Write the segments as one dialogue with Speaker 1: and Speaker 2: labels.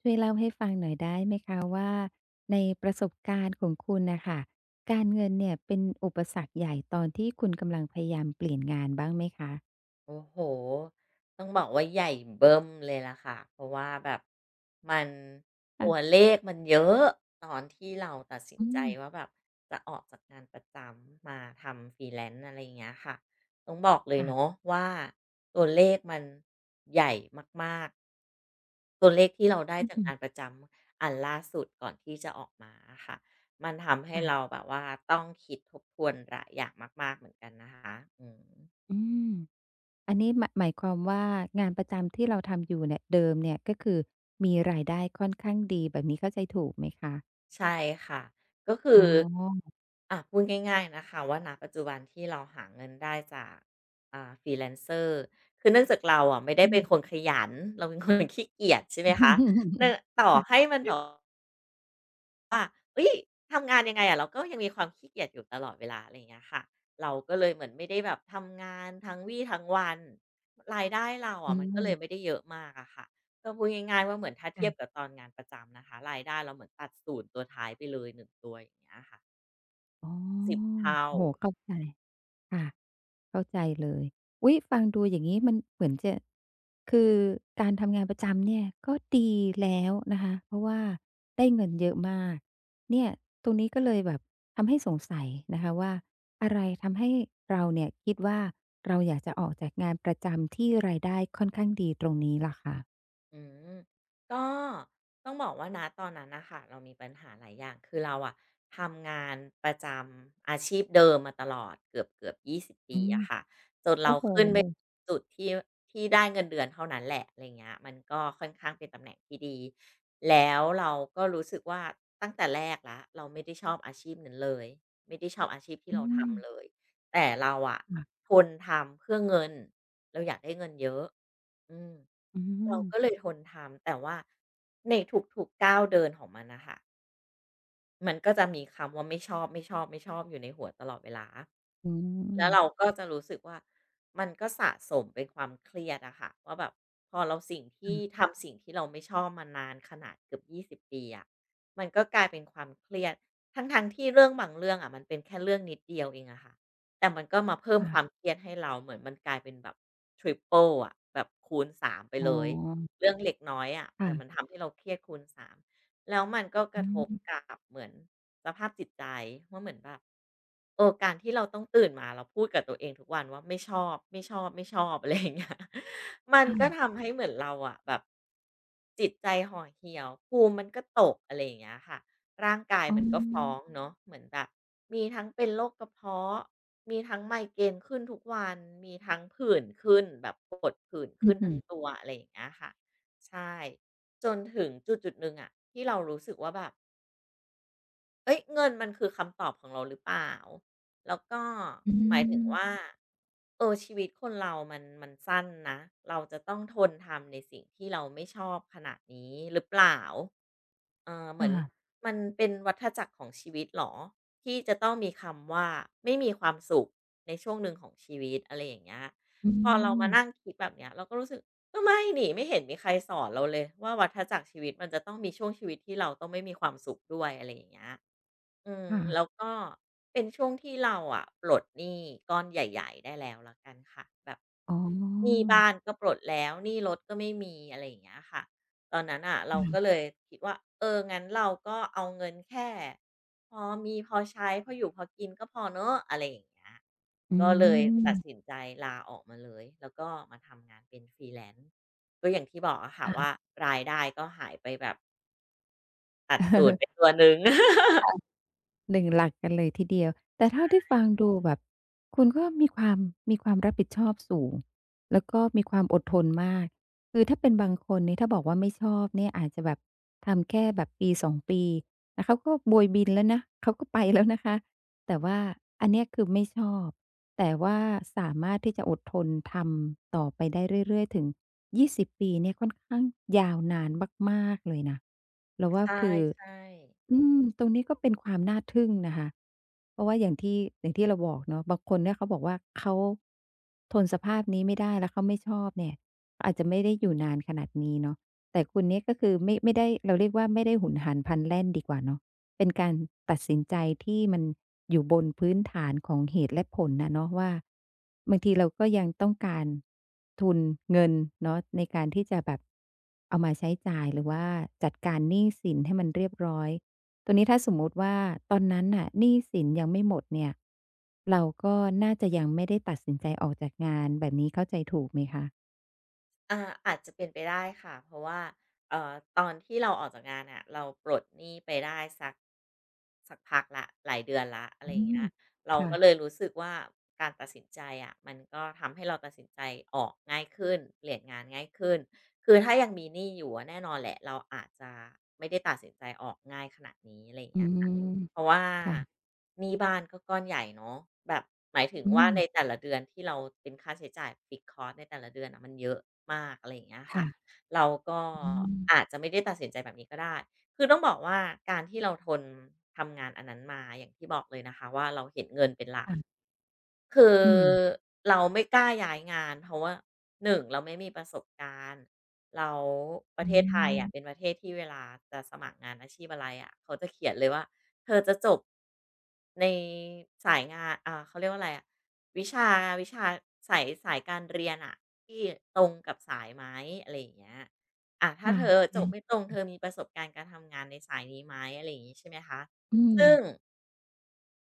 Speaker 1: ช่วยเล่าให้ฟังหน่อยได้ไหมคะว่าในประสบการณ์ของคุณนะค่ะการเงินเนี่ยเป็นอุปสรรคใหญ่ตอนที่คุณกำลังพยายามเปลี่ยนงานบ้างไหมคะ
Speaker 2: โอ้โฮต้องบอกว่าใหญ่เบิ้มเลยล่ะค่ะ เพราะว่าแบบมัน
Speaker 1: อะ
Speaker 2: ตัวเลขมันเยอะตอนที่เราตัดสิน
Speaker 1: อื
Speaker 2: ใจ
Speaker 1: ม
Speaker 2: ว่าแบบจะออกจากงานประจำมาทำฟรีแลนซ์อะไรอย่างเงี้ยค่ะ ต้องบอกเลย
Speaker 1: ค่ะ
Speaker 2: เนาะว่าตัวเลขมันใหญ่มากๆตัวเลขที่เราได้
Speaker 1: อือ
Speaker 2: จาก
Speaker 1: ฮึ
Speaker 2: งานประจำอันล่าสุดก่อนที่จะออกมาค่ะมันทำให้เรา
Speaker 1: ค่ะ
Speaker 2: แบบว่าต้องคิดทบทวนหลายอย่างมากๆเหมือนกันนะคะอืม
Speaker 1: อืมอันนี้หมายความว่างานประจำที่เราทำอยู่เนี่ยเดิมเนี่ยก็คือมีรายได้ค่อนข้างดีแบบนี้เข้าใจถูกไหมคะ
Speaker 2: ใช่ค่ะ ก็คื
Speaker 1: อ๋
Speaker 2: อ
Speaker 1: อ
Speaker 2: อ่ะพูดง่ายๆนะคะว่าณปัจจุบันที่เราหาเงินได้จากฟรีแลนเซอร์คือเนื่องจากเราอ่ะไม่ได้
Speaker 1: อื
Speaker 2: เป็น
Speaker 1: ม
Speaker 2: คนขยันเราเป็นคน ขี้เกียจใช่ไหมคะเนื่อ งต่อ
Speaker 1: ค่ะ
Speaker 2: ให้มันแบบ เฮ้ยทำงานยังไงอะเราก็ยังมีความขี้เกียจอยู่ตลอดเวลาอะไรอย่างเงี้ยค่ะเราก็เลยเหมือนไม่ได้แบบทำงานทั้งวี่ทั้งวันรายได้เรา
Speaker 1: อื
Speaker 2: อะมันก็
Speaker 1: ม
Speaker 2: เลยไม่ได้เยอะมากอะค่ะก็พูดง่ายๆว่าเหมือนถ้าเทียบกับ
Speaker 1: ค่ะ
Speaker 2: ตอนงานประจำนะคะรายได้เราเหมือนตัด0ตัวท้ายไปเลยหนึ่งตัวอย่างเงี้ยค่ะ
Speaker 1: อ๋อ
Speaker 2: สิบเท่า
Speaker 1: โอ้โฮเข้าใจค่ะ เข้าใจเลยอุ๊ยฟังดูอย่างนี้มันเหมือนจะคือการทำงานประจำเนี่ยก็ดีแล้วนะคะเพราะว่าได้เงินเยอะมาก เนี่ยตรงนี้ก็เลยแบบทำให้สงสัยนะคะว่าอะไรทำให้เราเนี่ยคิดว่าเราอยากจะออกจากงานประจำที่รายได้ค่อนข้างดีตรงนี้ล่ะคะ
Speaker 2: อืมก็ต้องบอกว่านะตอนนั้นนะค่ะเรามีปัญหาหลายอย่างคือเราอะทำงานประจำอาชีพเดิมมาตลอดเกือบยี่ส20
Speaker 1: อื
Speaker 2: ปี
Speaker 1: ม
Speaker 2: อะค่ะจนค
Speaker 1: โอ้
Speaker 2: เรา
Speaker 1: โฮ
Speaker 2: ขึ้นไปจุดที่ได้เงินเดือนเท่านั้นแหละอะไรเงี้ยมันก็ค่อนข้างเป็นตำแหน่งที่ดีแล้วเราก็รู้สึกว่าตั้งแต่แรกแล้วเราไม่ได้ชอบอาชีพนั้นเลยไม่ได้ชอบอาชีพที่
Speaker 1: อื
Speaker 2: เรา
Speaker 1: ม
Speaker 2: ทำเลยแต่เราอะ
Speaker 1: ค่ะ
Speaker 2: ทนทำเพื่อเงินเราอยากได้เงินเยอะ อืม
Speaker 1: อื
Speaker 2: เรา
Speaker 1: ม
Speaker 2: ก็เลยทนทำแต่ว่าในทุกๆก้าวเดินของมันน่ะค่ะ มันก็จะมีคำว่าไม่ชอบไม่ชอบบไม่ชอบอยู่ในหัวตลอดเวลา
Speaker 1: อื
Speaker 2: แล้วเรา
Speaker 1: ม
Speaker 2: ก็จะรู้สึกว่ามันก็สะสมเป็นความเครียดอะค่ะว่าแบบพอเราสิ่ง
Speaker 1: ค
Speaker 2: ที่ทำสิ่งที่เราไม่ชอบมานานขนาดเกือบ20ปีอะมันก็กลายเป็นความเครียดทั้งๆทที่เรื่องบางเรื่องอะมันเป็นแค่เรื่องนิดเดียวเองอะค่ะแต่มันก็มาเพิ่ม
Speaker 1: ่ะ
Speaker 2: ความ
Speaker 1: ๆ
Speaker 2: เครียดให้เราเหมือนมันกลายเป็นแบบทริปเปิลอะแบบคูณสามไป
Speaker 1: อ๋อ
Speaker 2: เลยเรื่องเล็กน้อยอะแต่มัน
Speaker 1: ค่ะ
Speaker 2: ทำให้เราเครียดคูณสาม แล้วมันก็ก
Speaker 1: อื
Speaker 2: ระทบ
Speaker 1: ม
Speaker 2: กับเหมือนสภาพจิตใจว่าเหมือนแบบ เออการที่เราต้องตื่นมาเราพูดกับตัวเองทุกวันว่าไม่ชอบไม่ชอบไม่ชอบ อะไรอย่างเงี้ยมัน
Speaker 1: อ้า
Speaker 2: ก็
Speaker 1: ว
Speaker 2: ทำให้เหมือนเราอะแบบจิตใจห่อเหี่ยวภูมิมันก็ตกอะไรอย่างเงี้ยค่ะร่างกาย
Speaker 1: อ๋
Speaker 2: มันก็ฟ้อง
Speaker 1: อ
Speaker 2: เนาะเหมือนแบบมีทั้งเป็นโรคกระเพาะมีทั้งไมเกรนขึ้นทุกวันมีทั้งผื่นขึ้นแบบกดผื่น
Speaker 1: อื
Speaker 2: ขึ้
Speaker 1: อ
Speaker 2: น
Speaker 1: ฮึ
Speaker 2: ทั้งตัวอะไรอย่างเงี้ยค่ะใช่จนถึงจุดๆหนึ่งอะที่เรารู้สึกว่าแบบ เอ้ยเงินมันคือคำตอบของเราหรือเปล่า แล้วก็
Speaker 1: อื
Speaker 2: หมายถึง
Speaker 1: ม
Speaker 2: ว่าเออชีวิตคนเรามันสั้นนะเราจะต้องทนทำในสิ่งที่เราไม่ชอบขนาดนี้หรือเปล่าเออเหมือน
Speaker 1: ค่ะ
Speaker 2: มันเป็นวัฏจักรของชีวิตเหรอที่จะต้องมีคำว่าไม่มีความสุขในช่วงหนึ่งของชีวิตอะไรอย่างเงี้ย
Speaker 1: อื
Speaker 2: พอเรามานั่ง
Speaker 1: ม
Speaker 2: คิดแบบเนี้ยเราก็รู้สึก ก็ไม่นี่ไม่เห็นมีใครสอนเราเลยว่าวัฏจักรชีวิตมันจะต้องมีช่วงชีวิตที่เราต้องไม่มีความสุขด้วยอะไรอย่างเงี้ยอืมแล้ว
Speaker 1: ค่ะ
Speaker 2: ก็เป็นช่วงที่เราอะปลดหนี้ก้อนใหญ่ๆได้แล้วละกันค่ะแบบ
Speaker 1: อ๋
Speaker 2: หนี้
Speaker 1: อ
Speaker 2: บ้านก็ปลดแล้วหนี้รถก็ไม่มีอะไรอย่างเงี้ยค่ะ ตอนนั้นอ่ะเราก็เล
Speaker 1: ค่ะ
Speaker 2: ยคิดว่าเอองั้นเราก็เอาเงินแค่พอมีพอใช้พออยู่พอกินก็พอเนอะอะไรอย่างเงี้ย
Speaker 1: อื
Speaker 2: ก็เลย
Speaker 1: ม
Speaker 2: ตัดสินใจลาออกมาเลยแล้วก็มาทำงานเป็น Freelance ก็อย่างที่บอกอะค่ะ
Speaker 1: ค่ะ
Speaker 2: ว่ารายได้ก็หายไปแบบตัด ศู0ไป
Speaker 1: เออ
Speaker 2: ตัวหนึ่ง
Speaker 1: ค่ะหนึ่งหลักกันเลยทีเดียว แต่เท่าที่ฟังดูแบบคุณก็มีความรับผิดชอบสูง แล้วก็มีความอดทนมาก คือถ้าเป็นบางคนนี่ถ้าบอกว่าไม่ชอบเนี่ยอาจจะแบบทำแค่แบบปีสองปีแล้วเขาก็โบยบินแล้วนะเขาก็ไปแล้วนะคะ แต่ว่าอันเนี้ยคือไม่ชอบ แต่ว่าสามารถที่จะอดทนทำต่อไปได้เรื่อยๆถึง 20 ปีเนี่ยค่อนข้างยาวนานมากๆเลยนะเราว่า
Speaker 2: ใช่
Speaker 1: คือ
Speaker 2: ๆ
Speaker 1: อืมตรงนี้ก็เป็นความน่าทึ่งนะคะเพราะว่าอย่างที่เราบอกเนาะบางคนเนี่ยเขาบอกว่าเขาทนสภาพนี้ไม่ได้แล้วเขาไม่ชอบเนี่ยอาจจะไม่ได้อยู่นานขนาดนี้เนาะแต่คุณเนี่ยก็คือไม่ได้เราเรียกว่าไม่ได้หุนหันพลันแล่นดีกว่าเนาะ เป็นการตัดสินใจที่มันอยู่บนพื้นฐานของเหตุและผลน่ะเนาะว่าบางทีเราก็ยังต้องการทุนเงินเนาะในการที่จะแบบเอามาใช้จ่ายหรือว่าจัดการหนี้สินให้มันเรียบร้อยตรงนี้ถ้าสมมุติว่าตอนนั้นน่ะหนี้สินยังไม่หมดเนี่ยเราก็น่าจะยังไม่ได้ตัดสินใจออกจากงานแบบนี้เข้าใจถูกไหมคะ
Speaker 2: อาอาจจะเป็นไปได้ค่ะ เพราะว่าเอ่อตอนที่เราออกจากงานน่ะเราปลดหนี้ไปได้สักพักแล้วหลายเดือนละอะไร
Speaker 1: อื
Speaker 2: อย่าง
Speaker 1: ม
Speaker 2: เงี้ยเราก็เล
Speaker 1: ค่ะ
Speaker 2: ยรู้สึกว่าการตัดสินใจอะมันก็ทำให้เราตัดสินใจออกง่ายขึ้นเปลี่ยนงานง่ายขึ้น คือถ้ายังมีหนี้อยู่อะแน่นอนแหละเราอาจจะไม่ได้ตัดสินใจออกง่ายขนาดนี้อะไรอย่าง
Speaker 1: อื
Speaker 2: เงี้ยค่ะ
Speaker 1: ม
Speaker 2: เพราะว่า
Speaker 1: ค่ะ
Speaker 2: หนี้บ้านก็ก้อนใหญ่เนาะแบบหมายถึง
Speaker 1: อื
Speaker 2: ว่า
Speaker 1: ม
Speaker 2: ในแต่ละเดือนที่เราเป็นค่าใช้จ่าย Fixed cost ในแต่ละเดือนน่ะมันเยอะมากอะไรอย่างเงี้ย
Speaker 1: ค่ะ
Speaker 2: ค่ะเราก็
Speaker 1: อื
Speaker 2: อาจ
Speaker 1: ม
Speaker 2: จะไม่ได้ตัดสินใจแบบนี้ก็ได้คือต้องบอกว่าการที่เราทนทำงานอันนั้นมาอย่างที่บอกเลยนะคะว่าเราเห็นเงินเป็นหลัก
Speaker 1: ค่ะ
Speaker 2: คือ
Speaker 1: อืม
Speaker 2: เราไม่กล้าย้ายงานเพราะว่า1เราไม่มีประสบการณ์เราประ
Speaker 1: อื
Speaker 2: เทศไทยอะเป็น
Speaker 1: ม
Speaker 2: ประเทศที่เวลาจะสมัครงานอาชีพอะไรอะเขาจะเขียนเลยว่าเธอจะจบในสายงานเขาเรียกว่าอะไรอะวิชาวิชาสายการเรียนอะที่ตรงกับสายไหมอะไรอย่างเงี้ยอะถ้า
Speaker 1: ค่ะ
Speaker 2: เธอจบไม่
Speaker 1: ใช่
Speaker 2: ตรงเธอมีประสบการณ์การทำงานในสายนี้ไหมอะไรอย่างงี้ใช่ไหมคะ
Speaker 1: อืม
Speaker 2: ซึ่ง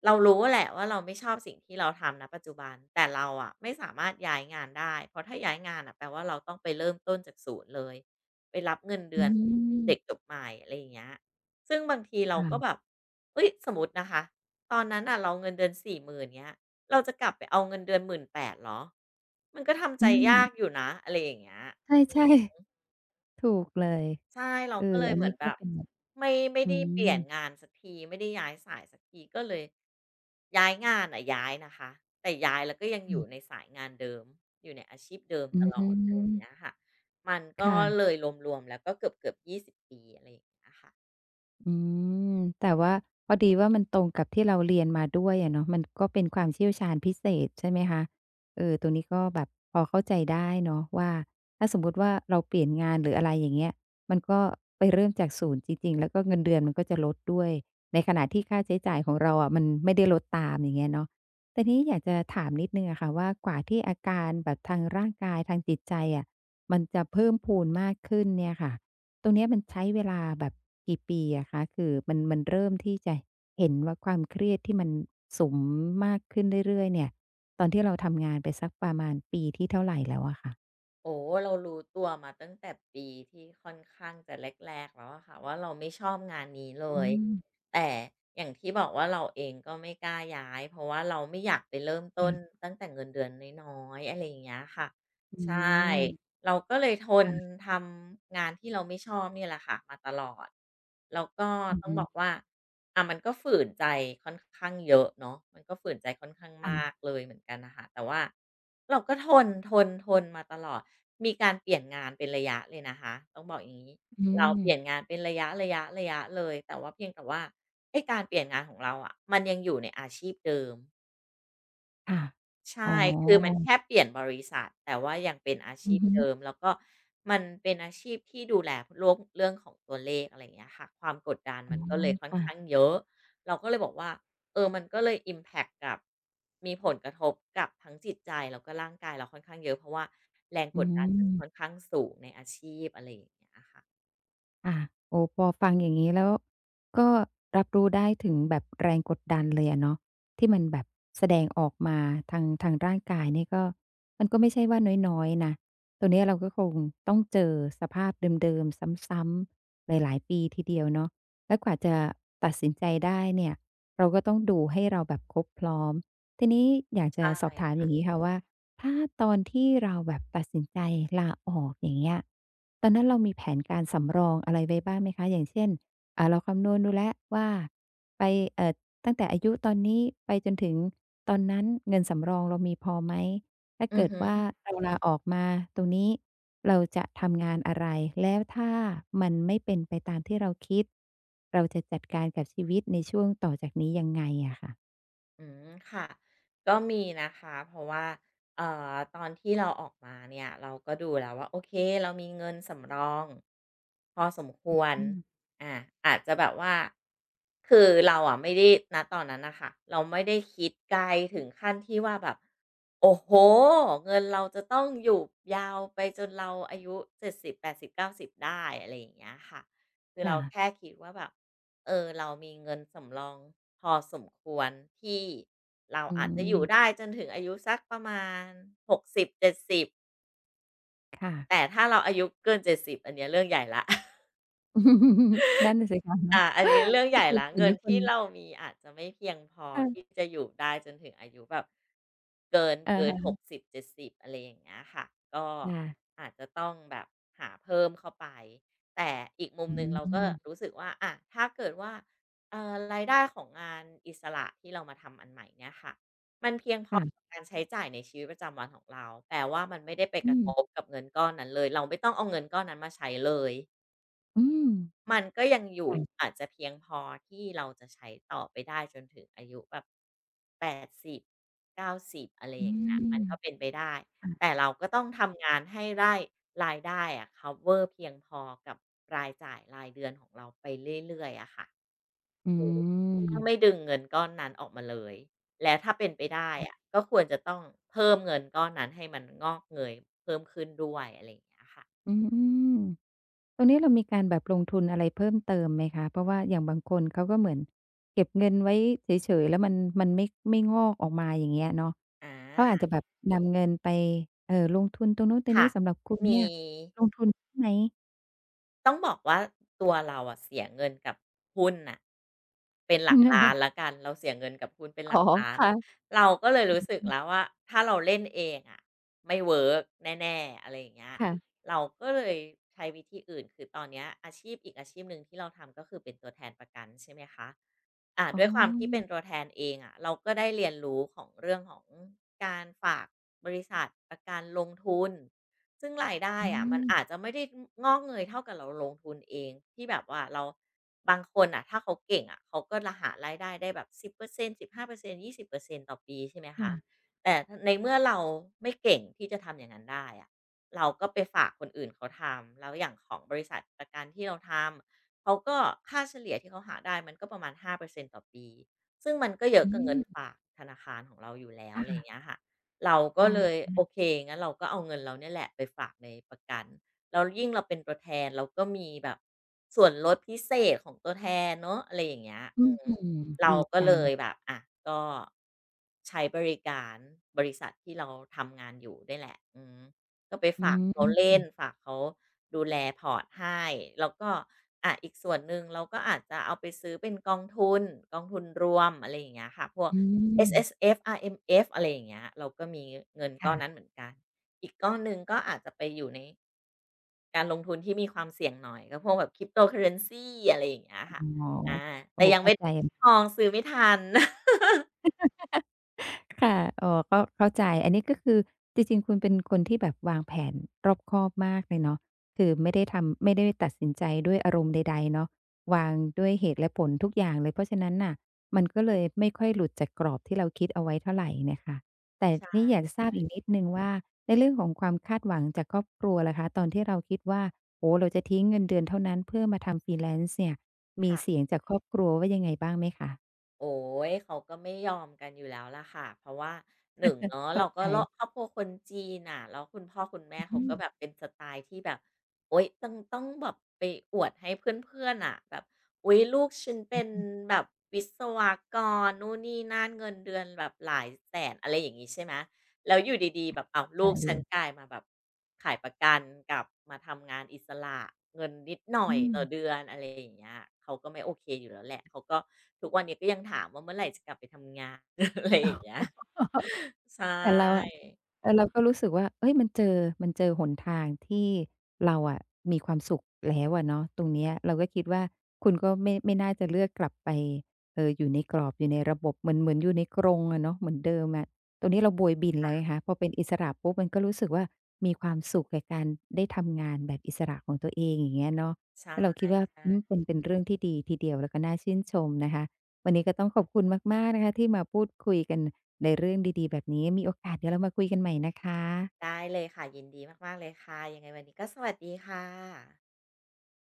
Speaker 2: เรารู้แหละว่าเราไม่ชอบสิ่งที่เราทำนะปัจจุบันแต่เราอะไม่สามารถย้ายงานได้เพราะถ้าย้ายงานอะแปลว่าเราต้องไปเริ่มต้นจากศูนย์เลยไปรับเงินเดื
Speaker 1: อื
Speaker 2: อนเด็ก
Speaker 1: ม
Speaker 2: จบใหม่อะไรอย่างเงี้ยซึ่งบางทีเราก็แบ
Speaker 1: ค่ะ
Speaker 2: บเฮ้ยสมมตินะคะตอนนั้นอ่ะเราเงินเดือน40,000เงี้ยเราจะกลับไปเอาเงินเดือน18,000เหรอมันก็ทำใจ
Speaker 1: อืม
Speaker 2: ยากอยู่นะอะไรอย่างเงี้ย
Speaker 1: ใช่ๆถูกเลย
Speaker 2: ใช่เรา
Speaker 1: เออ
Speaker 2: ก็เลย
Speaker 1: อัน
Speaker 2: เหมื
Speaker 1: นี้
Speaker 2: อนแบ
Speaker 1: ก็
Speaker 2: บ
Speaker 1: เป็นแบบ
Speaker 2: ไม่ไม่
Speaker 1: อื
Speaker 2: ได้เป
Speaker 1: ม
Speaker 2: ลี่ยนงานสักทีไม่ได้ย้ายสายสักทีก็เลยย้ายงานอะย้ายนะคะแต่ย้ายแล้วก็ยังอยู่ใน
Speaker 1: ค่ะ
Speaker 2: สายงานเดิมอยู่ในอาชีพเดิม
Speaker 1: อื
Speaker 2: ตลอดอะไรอ
Speaker 1: ม
Speaker 2: ย่างเงี้ยค่ะมันก็เล
Speaker 1: ค่ะ
Speaker 2: ยรวมๆแล้วก็เกือบ20ปีอะไรอย่างเงี้ยค่ะ
Speaker 1: อืมแต่ว่าพอดีว่ามันตรงกับที่เราเรียนมาด้วยอะเนาะมันก็เป็นความเชี่ยวชาญพิเศษใช่ไหมคะเออตรงนี้ก็แบบพอเข้าใจได้เนาะว่าถ้าสมมุติว่าเราเปลี่ยนงานหรืออะไรอย่างเงี้ยมันก็ไปเริ่มจากศูนย์จริงๆแล้วก็เงินเดือนมันก็จะลดด้วยในขณะที่ค่าใช้จ่ายของเราอะมันไม่ได้ลดตามอย่างเงี้ยเนาะแต่ทีนี้อยากจะถามนิดหนึ่งอะค่ะว่ากว่าที่อาการแบบทางร่างกายทางจิตใจอะมันจะเพิ่มพูนมากขึ้นเนี่ยค่ะ ตรงเนี้ยมันใช้เวลาแบบกี่ปีอะคะคือมันเริ่มที่จะเห็นว่าความเครียดที่มันสุมมากขึ้นเรื่อยๆเนี่ยตอนที่เราทำงานไปสักประมาณปีที่เท่าไรแล้วอะคะ
Speaker 2: โอ้เรารู้ตัวมาตั้งแต่ปีที่ค่อนข้างจะแรกๆแล้วอะค่ะว่าเราไม่ชอบงานนี้เล
Speaker 1: อื
Speaker 2: ย
Speaker 1: ม
Speaker 2: แต่อย่างที่บอกว่าเราเองก็ไม่กล้าย้ายเพราะว่าเราไม่อยากไปเริ่มต้น
Speaker 1: ค่ะ
Speaker 2: ตั้งแต่เงินเดือนน้อยๆอะไรอย่างเงี้ยค่ะ
Speaker 1: อื
Speaker 2: ใช่
Speaker 1: ม
Speaker 2: เราก็เลยทน
Speaker 1: ค่ะ
Speaker 2: ทำงานที่เราไม่ชอบเนี่ยแหละค่ะมาตลอดแล้วก็
Speaker 1: อือ
Speaker 2: ต้อง
Speaker 1: ฮึ
Speaker 2: บอกว่าอ่ะมันก็ฝืนใจค่อนข้างเยอะเนาะมันก็ฝืนใจค่อนข้างมาก
Speaker 1: ค่ะ
Speaker 2: เลยเหมือนกันนะคะแต่ว่าเราก็ทนมาตลอดมีการเปลี่ยนงานเป็นระยะเลยนะคะต้องบอกอย่างนี้
Speaker 1: อื
Speaker 2: เรา
Speaker 1: ม
Speaker 2: เปลี่ยนงานเป็นระยะเลยแต่ว่าเพียงแต่ว่าไอ้การเปลี่ยนงานของเราอะมันยังอยู่ในอาชีพเดิม
Speaker 1: ค่ะ
Speaker 2: ใช่
Speaker 1: อ๋
Speaker 2: คือมัน
Speaker 1: อ
Speaker 2: แค่เปลี่ยนบริษัทแต่ว่ายังเป็นอา
Speaker 1: อื
Speaker 2: ชี
Speaker 1: อ
Speaker 2: พ
Speaker 1: ฮึ
Speaker 2: เดิมแล้วก็มันเป็นอาชีพที่ดูแลโลกเรื่องของตัวเลขอะไรอย่างเงี้ยค่ะความกดดัน
Speaker 1: อ๋
Speaker 2: มั
Speaker 1: อ
Speaker 2: นก็เลยค่อนข้าง
Speaker 1: ค่ะ
Speaker 2: เยอะเราก็เลยบอกว่าเออมันก็เลยอิมแพกกับมีผลกระทบกับทั้งจิตใจแล้วก็ร่างกายเราค่อนข้างเยอะเพราะว่าแรง
Speaker 1: อื
Speaker 2: กดดันมันค่อน
Speaker 1: ม
Speaker 2: ข้างสูงในอาชีพอะไรอย่างเงี้ยอะค่ะ
Speaker 1: อะโอ้พอฟังอย่างนี้แล้วก็รับรู้ได้ถึงแบบแรงกดดันเลยอะเนาะที่มันแบบแสดงออกมาทางร่างกายนี่ก็มันก็ไม่ใช่ว่าน้อยๆนะตรงเนี้ยเราก็คงต้องเจอสภาพเดิมๆซ้ำๆหลายๆปีทีเดียวเนาะแล้วกว่าจะตัดสินใจได้เนี่ยเราก็ต้องดูให้เราแบบครบพร้อมทีนี้อยาก
Speaker 2: ใช
Speaker 1: จะสอบถามอ
Speaker 2: ่
Speaker 1: ย่างงี้ค่ะว่า ถ้าตอนที่เราแบบตัดสินใจลาออกอย่างเงี้ยตอนนั้นเรามีแผนการสำรองอะไรไว้บ้างไหมคะ อย่างเช่นอ่าเราคำนวณดูแล้วว่าไปเอ่อตั้งแต่อายุตอนนี้ไปจนถึงตอนนั้นเงินสำรองเรามีพอไหม ถ้า
Speaker 2: อือ
Speaker 1: เกิด
Speaker 2: ฮึ
Speaker 1: ว่าเราลาออกมาตรงนี้เราจะทำงานอะไร แล้วถ้ามันไม่เป็นไปตามที่เราคิดเราจะจัดการกับชีวิตในช่วงต่อจากนี้ยังไงอะค่ะ
Speaker 2: อืมค่ะก็มีนะคะเพราะว่าตอนที่เราออกมาเนี่ยเราก็ดูแล้วว่าโอเคเรามีเงินสำรองพอสมควร
Speaker 1: อืม
Speaker 2: อ่าอาจจะแบบว่าคือเราอ่ะไม่ได้นณตอนนั้นนะคะเราไม่ได้คิดไกลถึงขั้นที่ว่าแบบโอ้โหเงินเราจะต้องอยู่ยาวไปจนเราอายุ70 80 90ส90ได้อะไรอย่างเงี้ยค่ะคือเราแค่
Speaker 1: ค่ะ
Speaker 2: คิดว่าแบบ เออเรามีเงินสำรองพอสมควรที่เรา
Speaker 1: อื
Speaker 2: อาจจะอยู่ได้
Speaker 1: ม
Speaker 2: จนถึงอายุสักประมาณ60-70
Speaker 1: ค่ะ
Speaker 2: แต่ถ้าเราอายุเกิน70อันเนี้ยเรื่องใหญ่แล้ว
Speaker 1: นั่นน่ะสิคะเนาะ
Speaker 2: อาอันนี้เรื่องให
Speaker 1: ก็
Speaker 2: ญ่
Speaker 1: คือ
Speaker 2: แล้ว
Speaker 1: เดี๋ยว
Speaker 2: เงิ
Speaker 1: นี้
Speaker 2: น
Speaker 1: คน
Speaker 2: ที่เรามีอาจจะไม่เพียงพอที่
Speaker 1: ค่ะ
Speaker 2: จะอยู่ได้จนถึงอายุแบบเกิน
Speaker 1: อะ
Speaker 2: เกิน
Speaker 1: ฮะ
Speaker 2: 60-70อะไรอย่างเงี้ยค่ะก็
Speaker 1: ค่ะ
Speaker 2: อาจจะต้องแบบหาเพิ่มเข้าไปแต่อีกมุม
Speaker 1: อื
Speaker 2: หนึ่งเราก็
Speaker 1: ม
Speaker 2: รู้สึกว่าอะถ้าเกิดว่ารายได้ของงานอิสระที่เรามาทำอันใหม่เนี่ยค่ะมันเพียงพอกับ
Speaker 1: ค่ะ
Speaker 2: การใช้จ่ายในชีวิตประจำวันของเราแปลว่ามันไม่ได้ไปก
Speaker 1: อื
Speaker 2: ระ
Speaker 1: ม
Speaker 2: ทบกับเงินก้อนนั้นเลยเราไม่ต้องเอาเงินก้อนนั้นมาใช้เลย
Speaker 1: อืม
Speaker 2: มันก็ยังอยู่
Speaker 1: ค่ะ
Speaker 2: อาจจะเพียงพอที่เราจะใช้ต่อไปได้จนถึงอายุแบบแปดสิบ90อะไร
Speaker 1: อื
Speaker 2: อย่างเงี้ยมัน
Speaker 1: ม
Speaker 2: ก็เป็นไปได้แต่
Speaker 1: ค่ะ
Speaker 2: เราก็ต้องทำงานให้ได้รายได้อะ cover เพียงพอกับรายจ่ายรายเดือนของเราไปเรื่อยๆอะค่ะ
Speaker 1: อื
Speaker 2: ต้องไม่
Speaker 1: ม
Speaker 2: ดึงเงินก้อนนั้นออกมาเลยและถ้าเป็นไปได้อะก็ควรจะต้องเพิ่มเงินก้อนนั้นให้มันงอกเงยเพิ่มขึ้นด้วยอะไรอย่างเงี้ยค่ะ
Speaker 1: อืมๆตรงนี้เรามีการแบบลงทุนอะไรเพิ่มเติมไหมคะเพราะว่าอย่างบางคนเขาก็เหมือนเก็บเงินไว้เฉยๆแล้วมันมันไม่งอกออกมาอย่างเงี้ยเนาะ
Speaker 2: อ
Speaker 1: เขาอาจ
Speaker 2: า
Speaker 1: จะแบบนำเงินไปลงทุนตรงนู้นตรงนี้
Speaker 2: ค่ะ
Speaker 1: สำหรับคุณเนี่
Speaker 2: มี
Speaker 1: ยลงทุนใช่ไหม
Speaker 2: ต้องบอกว่าตัวเราอะเสียเงินกับหุ้นน่ะเป็นหลักล้านแล้วกันเราเสียเงินกับหุ้นเป็นห
Speaker 1: อ๋อ
Speaker 2: ลักล้าน
Speaker 1: ค่ะ
Speaker 2: เราก็เลยรู้สึกแล้วว่าถ้าเราเล่นเองอะไม่เวิร์กแน่ๆอะไรอย่างเงี้ย
Speaker 1: ค่ะ
Speaker 2: เราก็เลยใช้วิธีอื่นคือตอนเนี้ยอาชีพอีกอาชีพหนึ่งที่เราทำก็คือเป็นตัวแทนประกันใช่ไหมคะ อ่า
Speaker 1: อ๋
Speaker 2: ด้วยความที่เป็น
Speaker 1: อ
Speaker 2: ตัวแทนเองอะะเราก็ได้เรียนรู้ของเรื่องของการฝากบริษัทประการลงทุนซึ่งรายได้
Speaker 1: อื
Speaker 2: อะะมั
Speaker 1: ม
Speaker 2: นอาจจะไม่ได้งอกเงยเท่ากับเราลงทุนเองที่แบบว่าเราบางคนอ่ะถ้าเขาเก่งอ่ะเขาก็จะหารายได้ได้แบบสิบเปอร์เซ็น15%20%ต่อปีใช่ไหมคะ
Speaker 1: ค่ะ
Speaker 2: แต่ในเมื่อเราไม่เก่งที่จะทำอย่างนั้นได้อะเราก็ไปฝากคนอื่นเขาทำแล้วอย่างของบริษัทประกันที่เราทำ เขาก็ค่าเฉลี่ยที่เขาหาได้มันก็ประมาณ5%ตต่อปีซึ่งมันก็เยอะ
Speaker 1: อื
Speaker 2: กว่าเงิน
Speaker 1: ม
Speaker 2: ฝากธนาคารของเราอยู่แล้วอะไรอย่างเงี้
Speaker 1: ค่ะ
Speaker 2: ยค่ะเรา
Speaker 1: ใ
Speaker 2: ก็เลย
Speaker 1: ช่
Speaker 2: โอเคงั้นเราก็เอาเงินเราเนี่ยแหละไปฝากในประกันแล้วยิ่งเราเป็นตัวแทนเราก็มีแบบส่วนลดพิเศษของตัวแทนเนาะอะไรอย่างเงี้ยอื
Speaker 1: อื้อ
Speaker 2: ม
Speaker 1: ฮือ
Speaker 2: เรา
Speaker 1: ดี
Speaker 2: ก็เล
Speaker 1: จัง
Speaker 2: ยแบบอะก็ใช้บริการบริษัทที่เราทำงานอยู่ด้วยแหละอืม ก็ไป
Speaker 1: อื
Speaker 2: ฝากเขาเล่
Speaker 1: ม
Speaker 2: นฝากเขาดูแลพอร์ตให้แล้วก็อ่าอีกส่วนหนึ่งเราก็อาจจะเอาไปซื้อเป็นกองทุนกองทุนรวมอะไรอย่างเงี้ยค่ะพวก
Speaker 1: อืม
Speaker 2: SSF RMF อะไรอย่างเงี้ยเราก็มีเงินก้
Speaker 1: ค่ะ
Speaker 2: อนนั้นเหมือนกันอีกก้อนหนึ่งก็อาจจะไปอยู่ในการลงทุนที่มีความเสี่ยงหน่อยก็พวกแบบ Cryptocurrency อะไรอย่างเงี้ยค่ะ
Speaker 1: อ๋อ
Speaker 2: อา
Speaker 1: โอ้
Speaker 2: แต่
Speaker 1: โฮ
Speaker 2: ยัง
Speaker 1: เข้า
Speaker 2: ไม่
Speaker 1: ใจ
Speaker 2: ทองซื้อไม่ทัน
Speaker 1: ค่ะอ๋อก็เข้าใจ อันนี้ก็คือจริงๆ คุณเป็นคนที่แบบวางแผนรอบคอบมากเลยเนาะคือไม่ได้ทำไม่ได้ตัดสินใจด้วยอารมณ์ใดๆ เนาะวางด้วยเหตุและผลทุกอย่างเลย เพราะฉะนั้นน่ะมันก็เลยไม่ค่อยหลุดจากกรอบที่เราคิดเอาไว้เท่าไรเนี่ยค่ะแต่
Speaker 2: ใช่
Speaker 1: นี่อยากจะทราบอีกนิดหนึ่งว่าในเรื่องของความคาดหวังจากครอบครัวล่ะคะตอนที่เราคิดว่าโอ้โฮเราจะทิ้งเงินเดือนเท่านั้นเพื่อมาทำ freelance เนี่ยมีเสี
Speaker 2: ค่ะ
Speaker 1: ยงจากครอบครัวว่ายังไงบ้างไหมคะ
Speaker 2: โอ้ยเขาก็ไม่ยอมกันอยู่แล้วล่ะค่ะเพราะว่าหนึงเนาะ
Speaker 1: เข้า
Speaker 2: เราก็เลาะค
Speaker 1: ใจ
Speaker 2: รอบครัวคนจีนน่ะแล้วคุณพ่อคุณแม่เขา
Speaker 1: อืม
Speaker 2: ก็แบบเป็นสไตล์ที่แบบโอ๊ยต้องแบบไปอวดให้เพื่อนๆน่ะแบบอุ๊ยลูกฉันเป็นแบบวิศวกรนู่นนี่นั่นเงินเดือนแบบหลายแสนอะไรอย่างงี้ใช่ไหม แล้วอยู่ดีๆแบบเอาว
Speaker 1: เข้าใจ
Speaker 2: ลูก
Speaker 1: เล
Speaker 2: ฉัน
Speaker 1: ย
Speaker 2: กลายมาแบบขายประกันกับมาทำงานอิสระเงินนิดหน่อ
Speaker 1: อื
Speaker 2: ย
Speaker 1: ม
Speaker 2: ต่อเดือนอะไรอย่างเงี้ยเขาก็ไม่โอเคอยู่แล้วแหละเขาก็ทุกวันนี้ก็ยังถามว่าเมื่อไหร่จะกลับไปทำงาน อะไรอย่างเงี้ย ใช
Speaker 1: แต่เราอะ
Speaker 2: ่
Speaker 1: เออเราก็รู้สึกว่าเฮ้ยมันเจอมันเจอหนทางที่เราอะมีความสุขแล้วอะเนาะตรงเนี้ยเราก็คิดว่าคุณก็ไม่น่าจะเลือกกลับไปอยู่ในกรอบอยู่ในระบบเหมือนอยู่ในกรงอะเนาะเหมือนเดิมอะตรงนี้เราโบยบินแล้วไงคะพอเป็นอิสระปุ๊บมันก็รู้สึกว่ามีความสุขกับการได้ทำงานแบบอิสระของตัวเองอย่างเงี้ยเนาะ
Speaker 2: ใช่
Speaker 1: แล้วเราคิดว่าอืมเป็
Speaker 2: ใช่
Speaker 1: นเป็นเรื่องที่ดีทีเดียวแล้วก็น่าชื่นชมนะคะวันนี้ก็ต้องขอบคุณมากๆนะคะที่มาพูดคุยกัน ในเรื่องดีๆแบบนี้มีโอกาสเดี๋ยวเรามาคุยกันใหม่นะคะ
Speaker 2: ได้เลยค่ะยินดีมากๆเลยค่ะยังไงวันนี้ก็สวัสดีค่ะ